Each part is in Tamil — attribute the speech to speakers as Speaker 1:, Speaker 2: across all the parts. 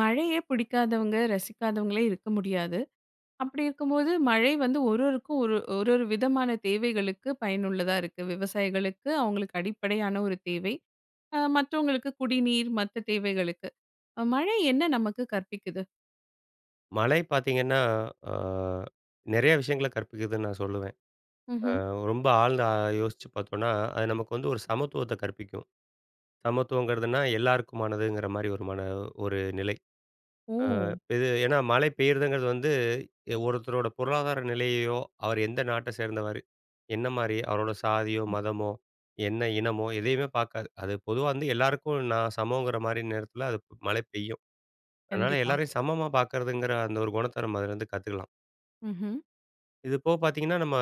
Speaker 1: மழையே பிடிக்காதவங்க, ரசிக்காதவங்களே இருக்க முடியாது. அப்படி இருக்கும்போது, மழை வந்து ஒரு ஒருக்கும் ஒரு ஒரு ஒரு விதமான தேவைகளுக்கு பயனுள்ளதா இருக்கு. விவசாயிகளுக்கு அவங்களுக்கு அடிப்படையான ஒரு தேவை. மற்றவங்களுக்கு குடிநீர், மத்த தேவைகளுக்கு. மழை என்ன நமக்கு கற்பிக்குது?
Speaker 2: மழை பார்த்தீங்கன்னா, ஆ நெறைய விஷயங்கள கற்பிக்குதுன்னு நான் சொல்லுவேன். ஆ
Speaker 1: ம்ஹ்ம்.
Speaker 2: ரொம்ப ஆழ்ந்து யோசிச்சு பார்த்தோம்னா, அது நமக்கு வந்து ஒரு சமத்துவத்த கற்பிக்கும். சமத்துவங்கிறதுன்னா எல்லாருக்குமானதுங்கிற மாரி ஒரு ஒரு நிலை.
Speaker 1: ஓ!
Speaker 2: இது ஏன்னா மழை பெய்யிறதுங்கிறது வந்து ஒருத்தரோட பொருளாதார நிலையையோ, அவர் எந்த நாட்ட சேர்ந்தவர், என்ன மாரி அவரோட சாதியோ, மதமோ, என்ன இனமோ எதையுமே பார்க்காது. அது பொதுவா வந்து எல்லாருக்கும் நான் சமங்கிற மாரி நேரத்தில அது மழை பெய்யும். அதனால
Speaker 1: கண்டிப்பா.
Speaker 2: எல்லாரையும் சமமா பார்க்கறதுங்கிற அந்த ஒரு குணத்த நம்ம அதுலேருந்து கத்துக்கலாம்.
Speaker 1: ம்ஹ்ம்.
Speaker 2: இது போக பார்த்தீங்கன்னா, நம்ம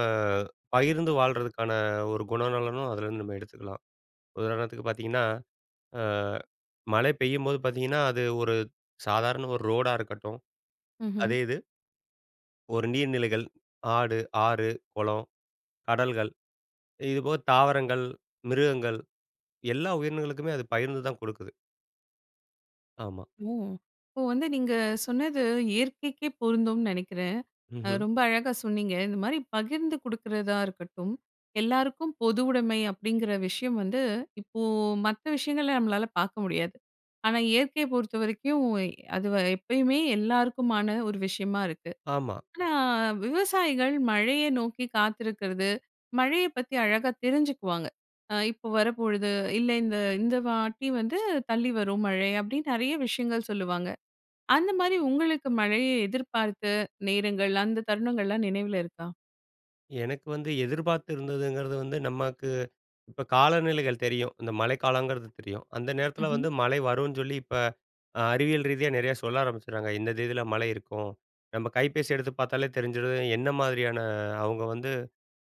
Speaker 2: பகிர்ந்து வாழ்றதுக்கான ஒரு குணநலனும் அதுலேருந்து நம்ம எடுத்துக்கலாம். உதாரணத்துக்கு பார்த்தீங்கன்னா, அ மழை பெய்யும்போது பார்த்தீங்கன்னா, அது ஒரு சாதாரண ஒரு ரோடா இருக்கட்டும்.
Speaker 1: ம்ஹ்ம்.
Speaker 2: அதே இது ஒரு நீர்நிலைகள், ஆடு, ஆறு, குளம், கடல்கள் இதுபோக தாவரங்கள், மிருகங்கள் எல்லா உயிரினங்களுக்குமே அது பகிர்ந்து தான் கொடுக்குது. ஆமா.
Speaker 1: ஓ! இப்போ வந்து நீங்க சொன்னது இயற்கைக்கே பொருந்தும்னு நெனைக்கிறேன்.
Speaker 2: ம்ஹ்ம்.
Speaker 1: ரொம்ப அழகா சொன்னீங்க. இந்த மாரி பகிர்ந்து குடுக்கிறதா இருக்கட்டும், எல்லாருக்கும் பொதுவுடைமை அப்படிங்கிற விஷயம் வந்து, இப்போ மத்த விஷயங்கள நம்மளால பார்க்க முடியாது. ஆனா, இயற்கைய பொறுத்தவரைக்கும் அது எப்பயுமே எல்லாருக்குமான ஒரு விஷயமா இருக்கு.
Speaker 2: ஆமா.
Speaker 1: ஆனா, விவசாயிகள் மழைய நோக்கி காத்திருக்கிறது, மழைய பத்தி அழகா தெரிஞ்சுக்குவாங்க. இப்போ வரப்பொழுது, இல்ல இந்த இந்த வாட்டி வந்து தள்ளி வரும் மழை அப்படின்னு நெறைய விஷயங்கள் சொல்லுவாங்க. அந்த மாரி உங்களுக்கு மழைய எதிர்பார்த்த நேரங்கள், அந்த தருணங்கள்லாம் நினைவுல இருக்கா?
Speaker 2: எனக்கு வந்து எதிர்பார்த்து இருந்ததுங்கிறது வந்து நமக்கு இப்ப காலநிலைகள் தெரியும். இந்த மழைக்காலங்கிறது தெரியும். அந்த நேரத்தில
Speaker 1: ம்ஹ்ம்,
Speaker 2: வந்து மழை வரும்ன்னு சொல்லி இப்ப அறிவியல் ரீதியா நிறைய சொல்ல ஆரம்பிச்சுட்டாங்க. இந்த தேதியில மழை இருக்கும். நம்ம கைபேசி எடுத்து பார்த்தாலே தெரிஞ்சிரும். என்ன மாதிரியான அவங்க வந்து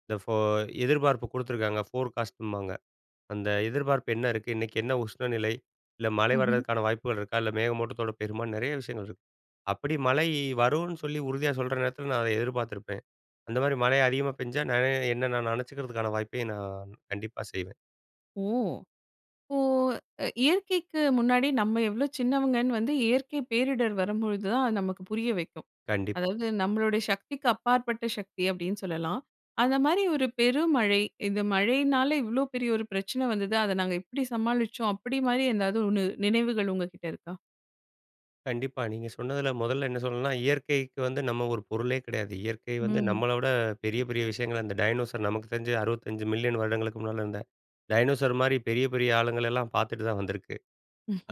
Speaker 2: இந்த ஃபோ எதிர்பார்ப்பு குடுத்துருக்காங்க. ஃபோர்காஸ்ட்ம்பாங்க. அந்த எதிர்பார்ப்பு என்ன இருக்கு? இன்னைக்கு என்ன உஷ்ணநிலை? இல்ல மழை
Speaker 1: ம்ஹ்ம்.
Speaker 2: வர்றதுக்கான வாய்ப்புகள் இருக்கா? இல்ல மேகமூட்டத்தோட பெருமா? நிறைய விஷயங்கள் இருக்கு. அப்படி மழை வரும்ன்னு சொல்லி உறுதியா சொல்ற நேரத்தில நான் அத எதிர்பார்த்திருப்பேன். அந்த மாரி மழை அதிகமா பெஞ்சா என்ன நான் நனச்சுக்கிறதுக்கான வாய்ப்பை நான் கண்டிப்பா செய்வேன்.
Speaker 1: ஓ! இப்போ இயற்கைக்கு முன்னாடி நம்ம எவ்ளோ சின்னவங்கன்னு வந்து இயற்கை பேரிடர் வரும்பொழுது தான் அது நமக்கு புரிய வைக்கும்.
Speaker 2: கண்டிப்பா.
Speaker 1: அதாவது நம்மளுடைய சக்திக்கு அப்பாற்பட்ட சக்தி அப்படின்னு சொல்லலாம். அந்த மாரி ஒரு பெருமழை, இந்த மழையினால இவ்ளோ பெரிய ஒரு பிரச்சனை வந்தது. அத நாங்க இப்படி சமாளிச்சோம். அப்படி மாரி ஏதாவது ஒண்ணு நினைவுகள் உங்ககிட்ட இருக்கா?
Speaker 2: கண்டிப்பா. நீங்க சொன்னதுல முதல்ல என்ன சொல்லணும்னா, இயற்கைக்கு வந்து நம்ம ஒரு பொருளே கிடையாது. இயற்கை வந்து
Speaker 1: ம்.
Speaker 2: நம்மள விட பெரிய, பெரிய விஷயங்கள அந்த டைனோசர் நமக்கு தெரிஞ்சு 65,000,000 வருடங்களுக்கு முன்னால இருந்த டைனோசர் மாரி பெரிய, பெரிய ஆளுங்கள எல்லாம் பார்த்துட்டு தான் வந்திருக்கு.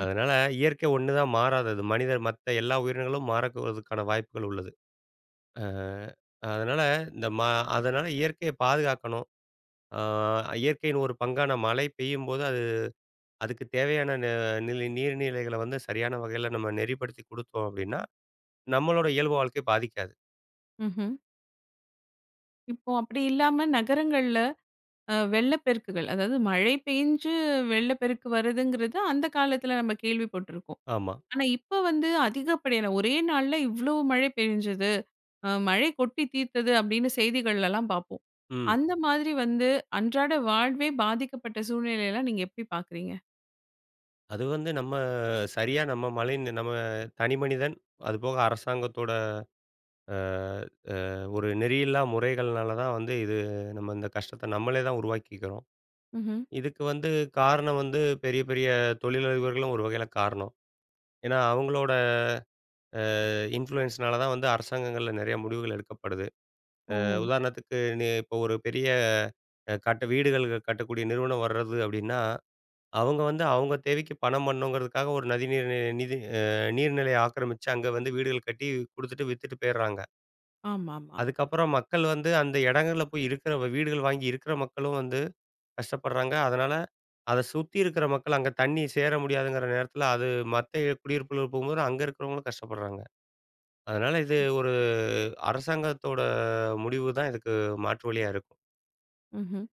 Speaker 2: அதனால இயற்கை ஒண்ணு தான் மாறாதது. மனிதர் மத்த எல்லா உயிரினங்களும் மாறக்குவதற்கான வாய்ப்புகள் உள்ளது. அ அதனால இந்த ம அதனால இயற்கைய பாதுகாக்கணும். அ இயற்கையின் ஒரு பங்கான மழை பெய்யும்போது அது அதுக்கு தேவையான ந நிலை நீர்நிலைகள வந்து சரியான வகையில நம்ம நெறிப்படுத்தி குடுத்தோம் அப்படின்னா, நம்மளோட இயல்பு வாழ்க்கை பாதிக்காது.
Speaker 1: ம்ஹ்ம். இப்போ அப்படி இல்லாம நகரங்கள்ல வெள்ளப்பெருக்குகள், அதாவது மழை பெஞ்சு வெள்ளப்பெருக்கு வருதுங்கிறது அந்த காலத்துல நம்ம கேள்விப்பட்டுருக்கோம்.
Speaker 2: ஆமா.
Speaker 1: ஆனா இப்ப வந்து அதிகப்படியான ஒரே நாள்ல இவ்ளோ மழை பெஞ்சது. மழை கொட்டி தீர்த்தது அப்படின்னு செய்திகள்லலாம் பார்ப்போம்.
Speaker 2: ம்.
Speaker 1: அந்த மாதிரி வந்து அன்றாட வாழ்வே பாதிக்கப்பட்ட சூழ்நிலையெல்லாம் நீங்க எப்படி பார்க்குறீங்க?
Speaker 2: அது வந்து நம்ம தனி மனிதன், அதுபோக அரசாங்கத்தோட அ ஒரு நெறியில்லா முறைகள்னால தான் வந்து இது நம்ம இந்த கஷ்டத்த நம்மளே தான் உருவாக்கிக்கிறோம்.
Speaker 1: ம்ஹ்ம்.
Speaker 2: இதுக்கு வந்து காரணம் வந்து பெரிய பெரிய தொழிலதிபர்களும் ஒரு வகையில காரணம். ஏன்னா அவங்களோட இன்ஃப்ளூயன்ஸ்னால தான் வந்து அரசாங்கங்கள்ல நெறைய முடிவுகள் எடுக்கப்படுது.
Speaker 1: ஓ!
Speaker 2: உதாரணத்துக்கு நீ இப்போ ஒரு பெரிய கட்ட வீடுகளுக்கு கட்டக்கூடிய நிறுவனம் வர்றது அப்டின்னா, அவங்க வந்து அவங்க தேவைக்கு பணம் பண்ணணுங்கிறதுக்காக ஒரு நதிநீர் நி நிதி அ நீர்நிலைய ஆக்கிரமிச்சு அங்க வந்து வீடுகள் கட்டி குடுத்துட்டு வித்துட்டு போயிடுறாங்க.
Speaker 1: ஆமாமா.
Speaker 2: அதுக்கப்புறம் மக்கள் வந்து அந்த இடங்கள்ல போய் இருக்கிற வீடுகள் வாங்கி இருக்கிற மக்களும் வந்து கஷ்டப்படுறாங்க. அதனால அத சுத்தி இருக்கிற மக்கள் அங்க தண்ணி சேர முடியாதுங்கிற நேரத்தில அது மத்த குடியிருப்புகளுக்கு போகும்போது அங்க இருக்கிறவங்களும் கஷ்டப்படுறாங்க. அதனால இது ஒரு அரசாங்கத்தோட முடிவு தான் இதுக்கு மாற்று வழியா இருக்கும்.
Speaker 1: ம்ஹ்ம்.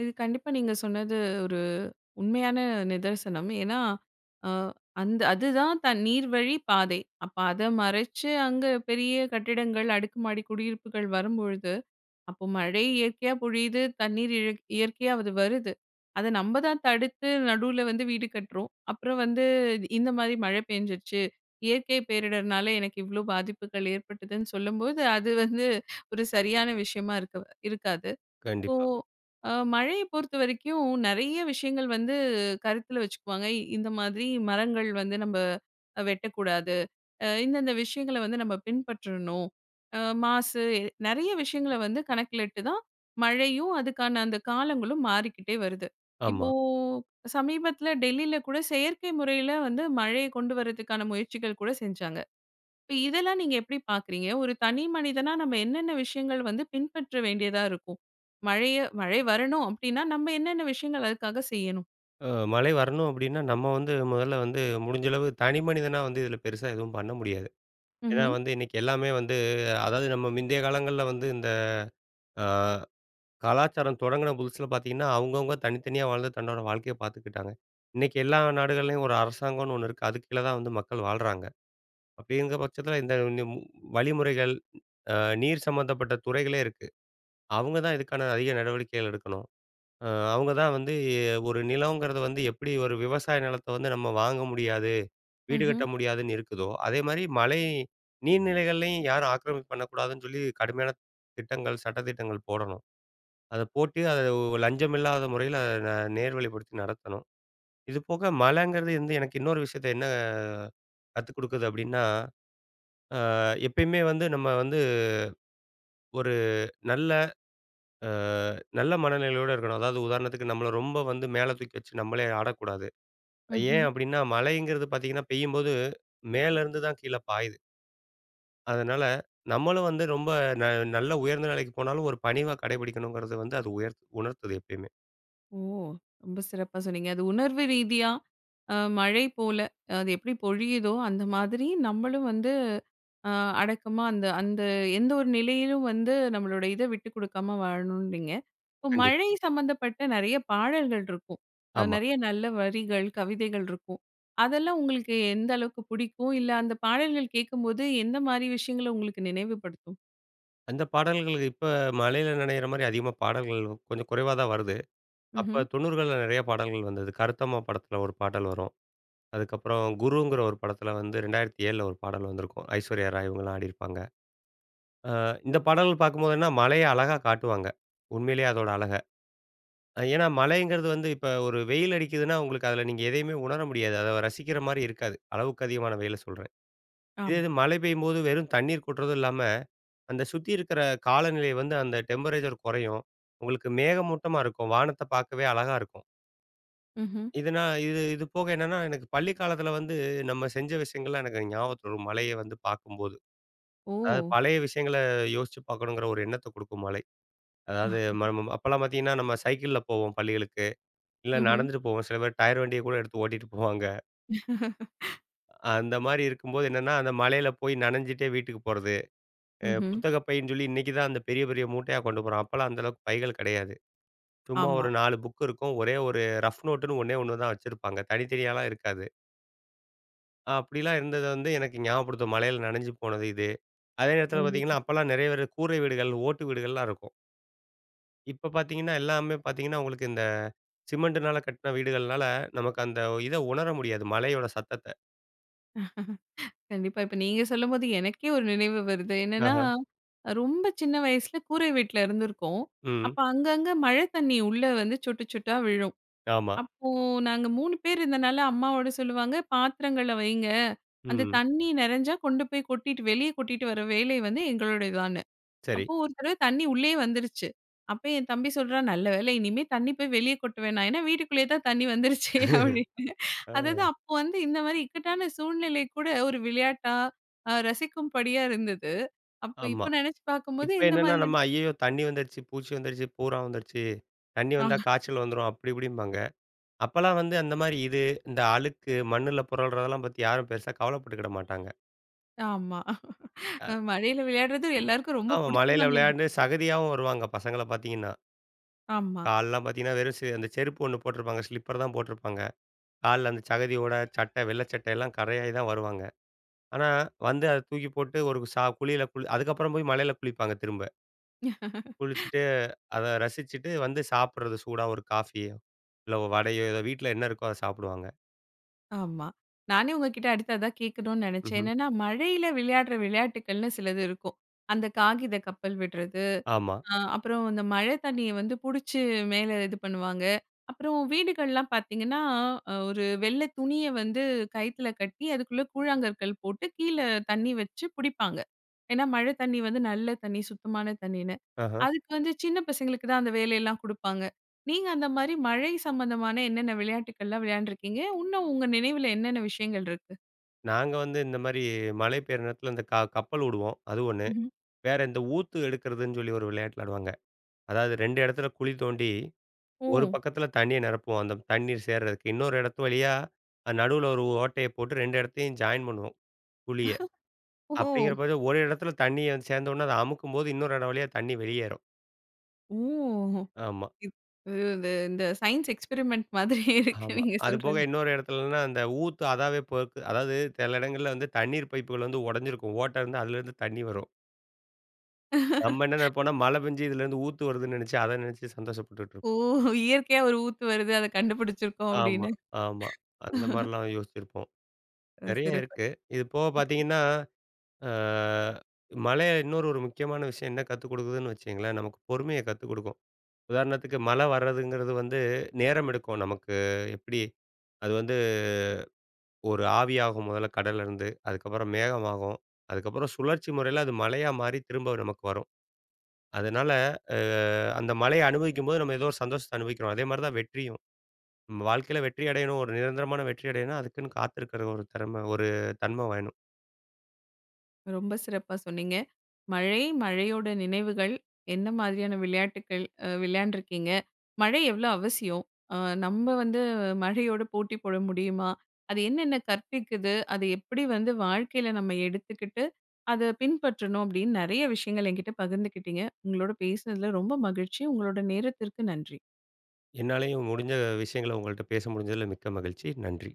Speaker 1: இது கண்டிப்பா நீங்க சொன்னது ஒரு உண்மையான நிதர்சனம். ஏன்னா, அ அந்த அதுதான் தன் நீர்வழி பாதை. அப்ப அத மறைச்சு அங்க பெரிய கட்டிடங்கள், அடுக்குமாடி குடியிருப்புகள் வரும்பொழுது அப்போ மழை இயற்கையா பொழியுது, தண்ணீர் இயற்கையா அது வருது. அத நம்ம தான் தடுத்து நடுவுல வந்து வீடு கட்டுறோம். அப்புறம் வந்து இந்த மாரி மழை பெஞ்சிருச்சு. இயற்கை பேரிடர்னால எனக்கு இவ்ளோ பாதிப்புகள் ஏற்பட்டதுன்னு சொல்லும்போது, அது வந்து ஒரு சரியான விஷயமா இருக்க இருக்காது. இப்போ
Speaker 2: கண்டிப்பா.
Speaker 1: மழைய பொறுத்தவரைக்கும் நெறைய விஷயங்கள் வந்து கருத்துல வச்சுக்குவாங்க. இந்த மாதிரி மரங்கள் வந்து நம்ம வெட்டக்கூடாது. இந்தந்த விஷயங்கள வந்து நம்ம பின்பற்றணும். மாசு நெறைய விஷயங்கள வந்து கணக்கிலிட்டு தான் மழையும், அதுக்கான அந்த காலங்களும் மாறிக்கிட்டே வருது.
Speaker 2: ஆமா.
Speaker 1: இப்போ சமீபத்துல டெல்லியில கூட செயற்கை முறையில வந்து மழைய கொண்டு வரதுக்கான முயற்சிகள் கூட செஞ்சாங்க. இப்ப இதெல்லாம் நீங்க எப்படி பார்க்குறீங்க? ஒரு தனி மனிதனா நம்ம என்னென்ன விஷயங்கள் வந்து பின்பற்ற வேண்டியதா இருக்கும்? மழைய மழை வரணும் அப்டின்னா, நம்ம என்னென்ன விஷயங்கள் அதுக்காக செய்யணும்?
Speaker 2: மழை வரணும் அப்டின்னா, நம்ம வந்து முதல்ல வந்து முடிஞ்சளவு தனி மனிதனா வந்து இதில பெருசா எதுவும் பண்ண முடியாது. ஏன்னா
Speaker 1: ம்ஹ்ம்,
Speaker 2: வந்து இன்னைக்கு எல்லாமே வந்து அதாவது நம்ம முந்தைய காலங்கள்ல வந்து இந்த அ கலாச்சாரம் தொடங்குன புதுசுல பார்த்தீங்கன்னா, அவங்கவங்க தனித்தனியா வாழ்ந்து தன்னோட வாழ்க்கைய பார்த்துக்கிட்டாங்க. இன்னைக்கு எல்லா நாடுகள்லயும் ஒரு அரசாங்கம்னு ஒண்ணு இருக்கு. அதுக்கு கீழ தான் வந்து மக்கள் வாழ்றாங்க. அப்டிங்கிற பட்சத்தில இந்த இந்த மு வழிமுறைகள், அ நீர் சம்மந்தப்பட்ட துறைகளே இருக்கு. அவங்க தான் இதுக்கான அதிக நடவடிக்கைகள் எடுக்கணும். அவங்க தான் வந்து ஒரு நிலங்கிறது வந்து எப்படி ஒரு விவசாய நிலத்த வந்து நம்ம வாங்க முடியாது, வீடு கட்ட
Speaker 1: ம்ஹ்ம்,
Speaker 2: முடியாதுன்னு இருக்குதோ, அதே மாரி நீர்நிலைகள்லயும் யாரும் ஆக்கிரமிப்பு பண்ணக்கூடாதுன்னு சொல்லி கடுமையான திட்டங்கள், சட்டதிட்டங்கள் போடணும். அத போட்டு அத லஞ்சம் இல்லாத முறையில அத நேர்வழிப்படுத்தி நடத்தணும். இது போக மலைங்கிறது வந்து எனக்கு இன்னொரு விஷயத்த என்ன கத்துக் குடுக்குது அப்படின்னா, அ எப்பயுமே வந்து நம்ம வந்து ஒரு நல்ல அ நல்ல மனநிலையோட இருக்கணும். அதாவது உதாரணத்துக்கு நம்மள ரொம்ப வந்து மேல தூக்கி வச்சு நம்மளே ஆடக்கூடாது.
Speaker 1: ம்ஹ்ம்.
Speaker 2: ஏன் அப்டின்னா, மழைங்கிறது பார்த்தீங்கன்னா, பெய்யும்போது மேலருந்து தான் கீழ பாயுது. அதனால நம்மளும் வந்து ரொம்ப ந நல்ல உயர்ந்த நிலைக்கு போனாலும் ஒரு பணிவா கடைபிடிக்கணுங்கிறது வந்து அது உயர் உணர்த்துது எப்பயுமே.
Speaker 1: ஓ! ரொம்ப சிறப்பா சொன்னீங்க. அது உணர்வு ரீதியா மழை போல அது எப்படி பொழியுதோ, அந்த மாதிரி நம்மளும் வந்து அ அடக்கமா அந்த அந்த எந்த ஒரு நிலையிலும் வந்து நம்மளோட இத விட்டு குடுக்காம வாழணும்னீங்க. இப்போ
Speaker 2: கண்டிப்பா.
Speaker 1: மழை சம்மந்தப்பட்ட நெறைய பாடல்கள் இருக்கும்.
Speaker 2: ஆமா.
Speaker 1: நெறைய நல்ல வரிகள், கவிதைகள் இருக்கும். அதெல்லாம் உங்களுக்கு எந்த அளவுக்கு பிடிக்கும்? இல்ல அந்த பாடல்கள் கேட்கும்போது எந்த மாரி விஷயங்கள உங்களுக்கு நினைவுபடுத்தும்?
Speaker 2: அந்த பாடல்கள் இப்ப மழையில நனையிற மாரி அதிகமா பாடல்கள் கொஞ்சம் குறைவா தான் வருது.
Speaker 1: ம்ஹ்ம்.
Speaker 2: அப்ப 90கள்ல நெறைய பாடல்கள் வந்தது. கருத்தம்மா படத்துல ஒரு பாடல் வரும். அதுக்கப்புறம் குருங்கிற ஒரு படத்துல வந்து 2007ல ஒரு பாடல் வந்திருக்கும். ஐஸ்வர்யா ராய் இவங்கலாம் ஆடியிருப்பாங்க. அ இந்த பாடல்கள் பார்க்கும்போது என்னன்னா, மழைய அழகா காட்டுவாங்க. உண்மையிலேயே அதோட அழக. ஏன்னா மழைங்கிறது வந்து இப்ப ஒரு வெயில் அடிக்குதுன்னா, உங்களுக்கு அதுல நீங்க எதையுமே உணர முடியாது. அத ரசிக்கிற மாரி இருக்காது. அளவுக்கு அதிகமான வெயில சொல்றேன். இதே இது
Speaker 1: ஆமா.
Speaker 2: மழை பெய்யும்போது வெறும் தண்ணீர் கொட்டுறதும் இல்லாம, அந்த சுத்தி இருக்கிற காலநிலை வந்து அந்த டெம்பரேச்சர் குறையும். உங்களுக்கு மேகமூட்டமா இருக்கும். வானத்த பார்க்கவே அழகா இருக்கும்.
Speaker 1: ம்ஹ்ம்.
Speaker 2: இது போக என்னன்னா, எனக்கு பள்ளி காலத்துல வந்து நம்ம செஞ்ச விஷயங்கள்லாம் எனக்கு ஞாபகத்துல வரும். மழைய வந்து பார்க்கும்போது.
Speaker 1: ஓ!
Speaker 2: அதாவது பழைய விஷயங்கள யோசிச்சு பார்க்கணுங்கிற ஒரு எண்ணத்த குடுக்கும் மழை. அதாவது ம ம அப்பலாம் பார்த்தீங்கன்னா, நம்ம சைக்கிள்ல போவோம் பள்ளிகளுக்கு. இல்ல
Speaker 1: ம்ஹ்ம்.
Speaker 2: நடந்துட்டு போவோம். சில பேர் டயர் வண்டிய கூட எடுத்து ஓட்டிட்டு போவாங்க. அந்த மாரி இருக்கும்போது என்னன்னா, அந்த மழையில போய் நனைஞ்சுட்டே வீட்டுக்கு போறது.
Speaker 1: ம்ஹ்ம்.
Speaker 2: புத்தக பைன்னு சொல்லி இன்னைக்கு தான் அந்த பெரிய பெரிய மூட்டையா கொண்டு போறோம். அப்பலாம் அந்த அளவுக்கு பைகள் கிடையாது. சும்மா
Speaker 1: ஆமா.
Speaker 2: ஒரு 4 புக் இருக்கும். ஒரே ஒரு ரஃப் நோட்டுன்னு ஒண்ணே ஒண்ணு தான் வச்சிருப்பாங்க. தனித்தனியாலாம் இருக்காது. அப்படிலாம் இருந்தது வந்து எனக்கு ஞாபகப்படுத்தும். மழையில நனைஞ்சு போனது இது. அதே
Speaker 1: ஓ
Speaker 2: நேரத்தில பார்த்தீங்கன்னா, அப்பலாம் நிறைய பேர் கூரை வீடுகள், ஓட்டு வீடுகள்லாம் இருக்கும். இப்ப பார்த்தீங்கன்னா, எல்லாமே பார்த்தீங்கன்னா, உங்களுக்கு இந்த சிமெண்ட்டுனால கட்டின வீடுகள்னால, நமக்கு அந்த இத உணர முடியாது. மழையோட சத்தத்த.
Speaker 1: கண்டிப்பா. இப்ப நீங்க சொல்லும்போது எனக்கே ஒரு நினைவு வருது. என்னன்னா,
Speaker 2: ஆஹ.
Speaker 1: ரொம்ப சின்ன வயசுல கூரை வீட்ல இருந்திருக்கோம்.
Speaker 2: ம்.
Speaker 1: அப்ப அங்கங்க மழை தண்ணி உள்ள வந்து சொட்டு சொட்டா விழும்.
Speaker 2: ஆமா.
Speaker 1: அப்போ நாங்க 3 பேர் இருந்தனால அம்மாவோட சொல்லுவாங்க, "பாத்திரங்கள வைங்க. அந்த
Speaker 2: ம்.
Speaker 1: தண்ணி நெறைஞ்சா கொண்டு போய் கொட்டிட்டு வெளிய கொட்டிட்டு வர வேலை வந்து எங்களுடையதான்னு."
Speaker 2: சரி.
Speaker 1: அப்போ ஒரு தடவ தண்ணி உள்ளயே வந்துருச்சு. அப்ப என் தம்பி சொல்றான், "நல்ல வேளை இனிமே தண்ணி போய் வெளிய கொட்ட வேணாம். ஏன்னா வீட்டுக்குள்ளேயே தான் தண்ணி வந்துருச்சே" அப்படின்னு.
Speaker 2: ஆ,
Speaker 1: அதாவது அப்போ வந்து இந்த மாரி இக்கட்டான சூழ்நிலை கூட ஒரு விளையாட்டா, ரசிக்கும்படியா இருந்தது. அப்ப
Speaker 2: ஆமா.
Speaker 1: இப்ப நெனச்சு பார்க்கும்போது
Speaker 2: இப்ப
Speaker 1: இந்த
Speaker 2: என்னன்னா
Speaker 1: மாதிரியான
Speaker 2: நம்ம ஐய்யயோ! தண்ணி வந்துருச்சு, பூச்சி வந்துருச்சு, பூரான் வந்துருச்சு, தண்ணி
Speaker 1: ஆ
Speaker 2: வந்தா காய்ச்சல் வந்துரும் அப்படி இப்படிம்பாங்க. அப்பலாம் வந்து அந்த மாரி இது, இந்த அழுக்கு மண்ணுல புரள்றதெல்லாம் பத்தி யாரும் பெருசா கவலைப்பட்டுக்கிட மாட்டாங்க.
Speaker 1: ஆமா.
Speaker 2: அ
Speaker 1: மழையில விளையாடுறது
Speaker 2: ம்.
Speaker 1: எல்லாருக்கும் ரொம்ப
Speaker 2: ஆமா, மழையில
Speaker 1: புடிச்சமான ஒரு
Speaker 2: விளையாண்டு சகதியாவும் வருவாங்க பசங்கள பார்த்தீங்கன்னா.
Speaker 1: ஆமா.
Speaker 2: கால்லாம் பார்த்தீங்கன்னா, வெறும் அந்த செருப்பு ஒண்ணு போட்டிருப்பாங்க. ஸ்லிப்பர் தான் போட்டிருப்பாங்க. கால்ல அந்த சகதியோட சட்டை, வெள்ள சட்டை எல்லாம் கரையாயி தான் வருவாங்க. ஆனா, வந்து அத தூக்கி போட்டு ஒரு குளியல அதுக்கப்புறம் போய் மழையில குளிப்பாங்க திரும்ப. குளிச்சுட்டு அத ரசிச்சுட்டு வந்து சாப்பிடுறது சூடா ஒரு காஃபியோ, இல்ல ஒரு வடையோ ஏதோ வீட்ல என்ன இருக்கோ அத சாப்பிடுவாங்க.
Speaker 1: ஆமா. நானே உங்ககிட்ட அடுத்து அதான் கேட்கணும்னு நெனச்சேன்.
Speaker 2: ம்ஹ்ம்.
Speaker 1: என்னன்னா மழையில விளையாடுற விளையாட்டுக்கள்னு சிலது இருக்கும். அந்த காகித கப்பல் விடுறது.
Speaker 2: ஆமா.
Speaker 1: ஆ அப்புறம் அந்த மழை தண்ணிய வந்து புடிச்சு மேல இது பண்ணுவாங்க. அப்புறம் வீடுகள்லாம் பார்த்தீங்கன்னா, ஒரு வெள்ள துணிய வந்து கயித்துல கட்டி அதுக்குள்ள கூழாங்கற்கள் போட்டு கீழ தண்ணி வச்சு புடிப்பாங்க. ஏன்னா, மழை தண்ணி வந்து நல்ல தண்ணி, சுத்தமான தண்ணின்னு.
Speaker 2: ஆஹ.
Speaker 1: அதுக்கு வந்து சின்ன பசங்களுக்கு தான் அந்த வேலையெல்லாம் குடுப்பாங்க. நீங்க அந்த மாரி மழை சம்பந்தமான என்னென்ன விளையாட்டுக்கள்லாம் விளையாண்டுருக்கீங்க? இன்னும் உங்க நினைவுல என்னென்ன விஷயங்கள் இருக்கு?
Speaker 2: நாங்க வந்து இந்த மாரி மழை பெய்ற நேரத்துல இந்த கப்பல் விடுவோம். அது ஒண்ணு.
Speaker 1: ம்ஹ்ம்.
Speaker 2: வேற இந்த ஊத்து எடுக்கிறதுன்னு சொல்லி ஒரு விளையாட்டு விளையாடுவாங்க. அதாவது 2 இடத்துல குழி தோண்டி,
Speaker 1: ஓ!
Speaker 2: ஒரு பக்கத்துல தண்ணிய நிரப்புவோம். அந்த தண்ணீர் சேர்றதுக்கு. இன்னொரு இடத்து வழியா நடுவுல ஒரு ஓட்டைய போட்டு 2 இடத்தையும் ஜாயின் பண்ணுவோம் குழிய.
Speaker 1: ஓஹோ!
Speaker 2: அப்படிங்கிற பட்சம் ஒரு இடத்துல தண்ணி வந்து சேர்ந்த உடனே அத அமுக்கும்போது இன்னொரு இடம் வழியா தண்ணி வெளியேறும்.
Speaker 1: ஓ!
Speaker 2: ஆமா.
Speaker 1: இப் இது இந்த சயின்ஸ் எக்ஸ்பெரிமெண்ட் மாதிரி இருக்கு
Speaker 2: ஆமா.
Speaker 1: நீங்க
Speaker 2: அது போக
Speaker 1: சொல்றது.
Speaker 2: இன்னொரு இடத்துலன்னா, அந்த ஊத்து அதாவே போக்கு அதாவது சில இடங்கள்ல வந்து தண்ணீர் பைப்புகள் வந்து உடைஞ்சிருக்கும். ஓட்டை இருந்து அதுலேருந்து தண்ணி வரும். நம்ம என்ன நினைப்போம்னா, மழை பெஞ்சு இதுலேருந்து ஊத்து வருதுன்னு நினைச்சு, அத நினைச்சு சந்தோஷப்பட்டுட்டு
Speaker 1: ஓ!
Speaker 2: இருப்போம்.
Speaker 1: இயற்கையா ஒரு ஊத்து வருது. அத கண்டுபிடிச்சிருக்கோம்
Speaker 2: ஆமா,
Speaker 1: அப்படின்னு.
Speaker 2: ஆமா. அந்த மாரிலாம் யோசிச்சிருப்போம். நெறைய
Speaker 1: சிறப்பு.
Speaker 2: இருக்கு. இது போக பார்த்தீங்கன்னா, அ மழை இன்னொரு ஒரு முக்கியமான விஷயம் என்ன கத்துக் கொடுக்குதுன்னு வச்சுக்கங்களேன், நமக்கு பொறுமைய கத்துக் கொடுக்கும். உதாரணத்துக்கு மழை வர்றதுங்கிறது வந்து நேரம் எடுக்கும். நமக்கு எப்படி அது வந்து ஒரு ஆவியாகும் முதல்ல கடல்லருந்து. அதுக்கப்புறம் மேகமாகும். அதுக்கப்புறம் சுழற்சி முறையில அது மழையா மாறி திரும்ப நமக்கு வரும். அதனால அ அந்த மழைய அனுபவிக்கும்போது நம்ம ஏதோ ஒரு சந்தோஷத்த அனுபவிக்கிறோம். அதே மாரி தான் வெற்றியும். நம்ம வாழ்க்கையில வெற்றி அடையணும், ஒரு நிரந்தரமான வெற்றி அடையணும்னா, அதுக்குன்னு காத்திருக்கிற ஒரு திறமை, ஒரு தன்மை வேணும்.
Speaker 1: ரொம்ப சிறப்பா சொன்னீங்க. மழை, மழையோட நினைவுகள், என்ன மாதிரியான விளையாட்டுக்கள் விளையாண்டுருக்கீங்க? மழை எவ்ளோ அவசியம்? அ நம்ம வந்து மழையோட போட்டி போட முடியுமா? அது என்னென்ன கற்பிக்குது? அது எப்படி வந்து வாழ்க்கையில நம்ம எடுத்துக்கிட்டு, அத பின்பற்றணும் அப்படின்னு நெறைய விஷயங்கள் என்கிட்ட பகிர்ந்துக்கிட்டீங்க. உங்களோட பேசுனதுல ரொம்ப மகிழ்ச்சி. உங்களோட நேரத்திற்கு நன்றி.
Speaker 2: என்னாலேயும் முடிஞ்ச விஷயங்கள உங்கள்ட்ட பேச முடிஞ்சதுல மிக்க மகிழ்ச்சி. நன்றி.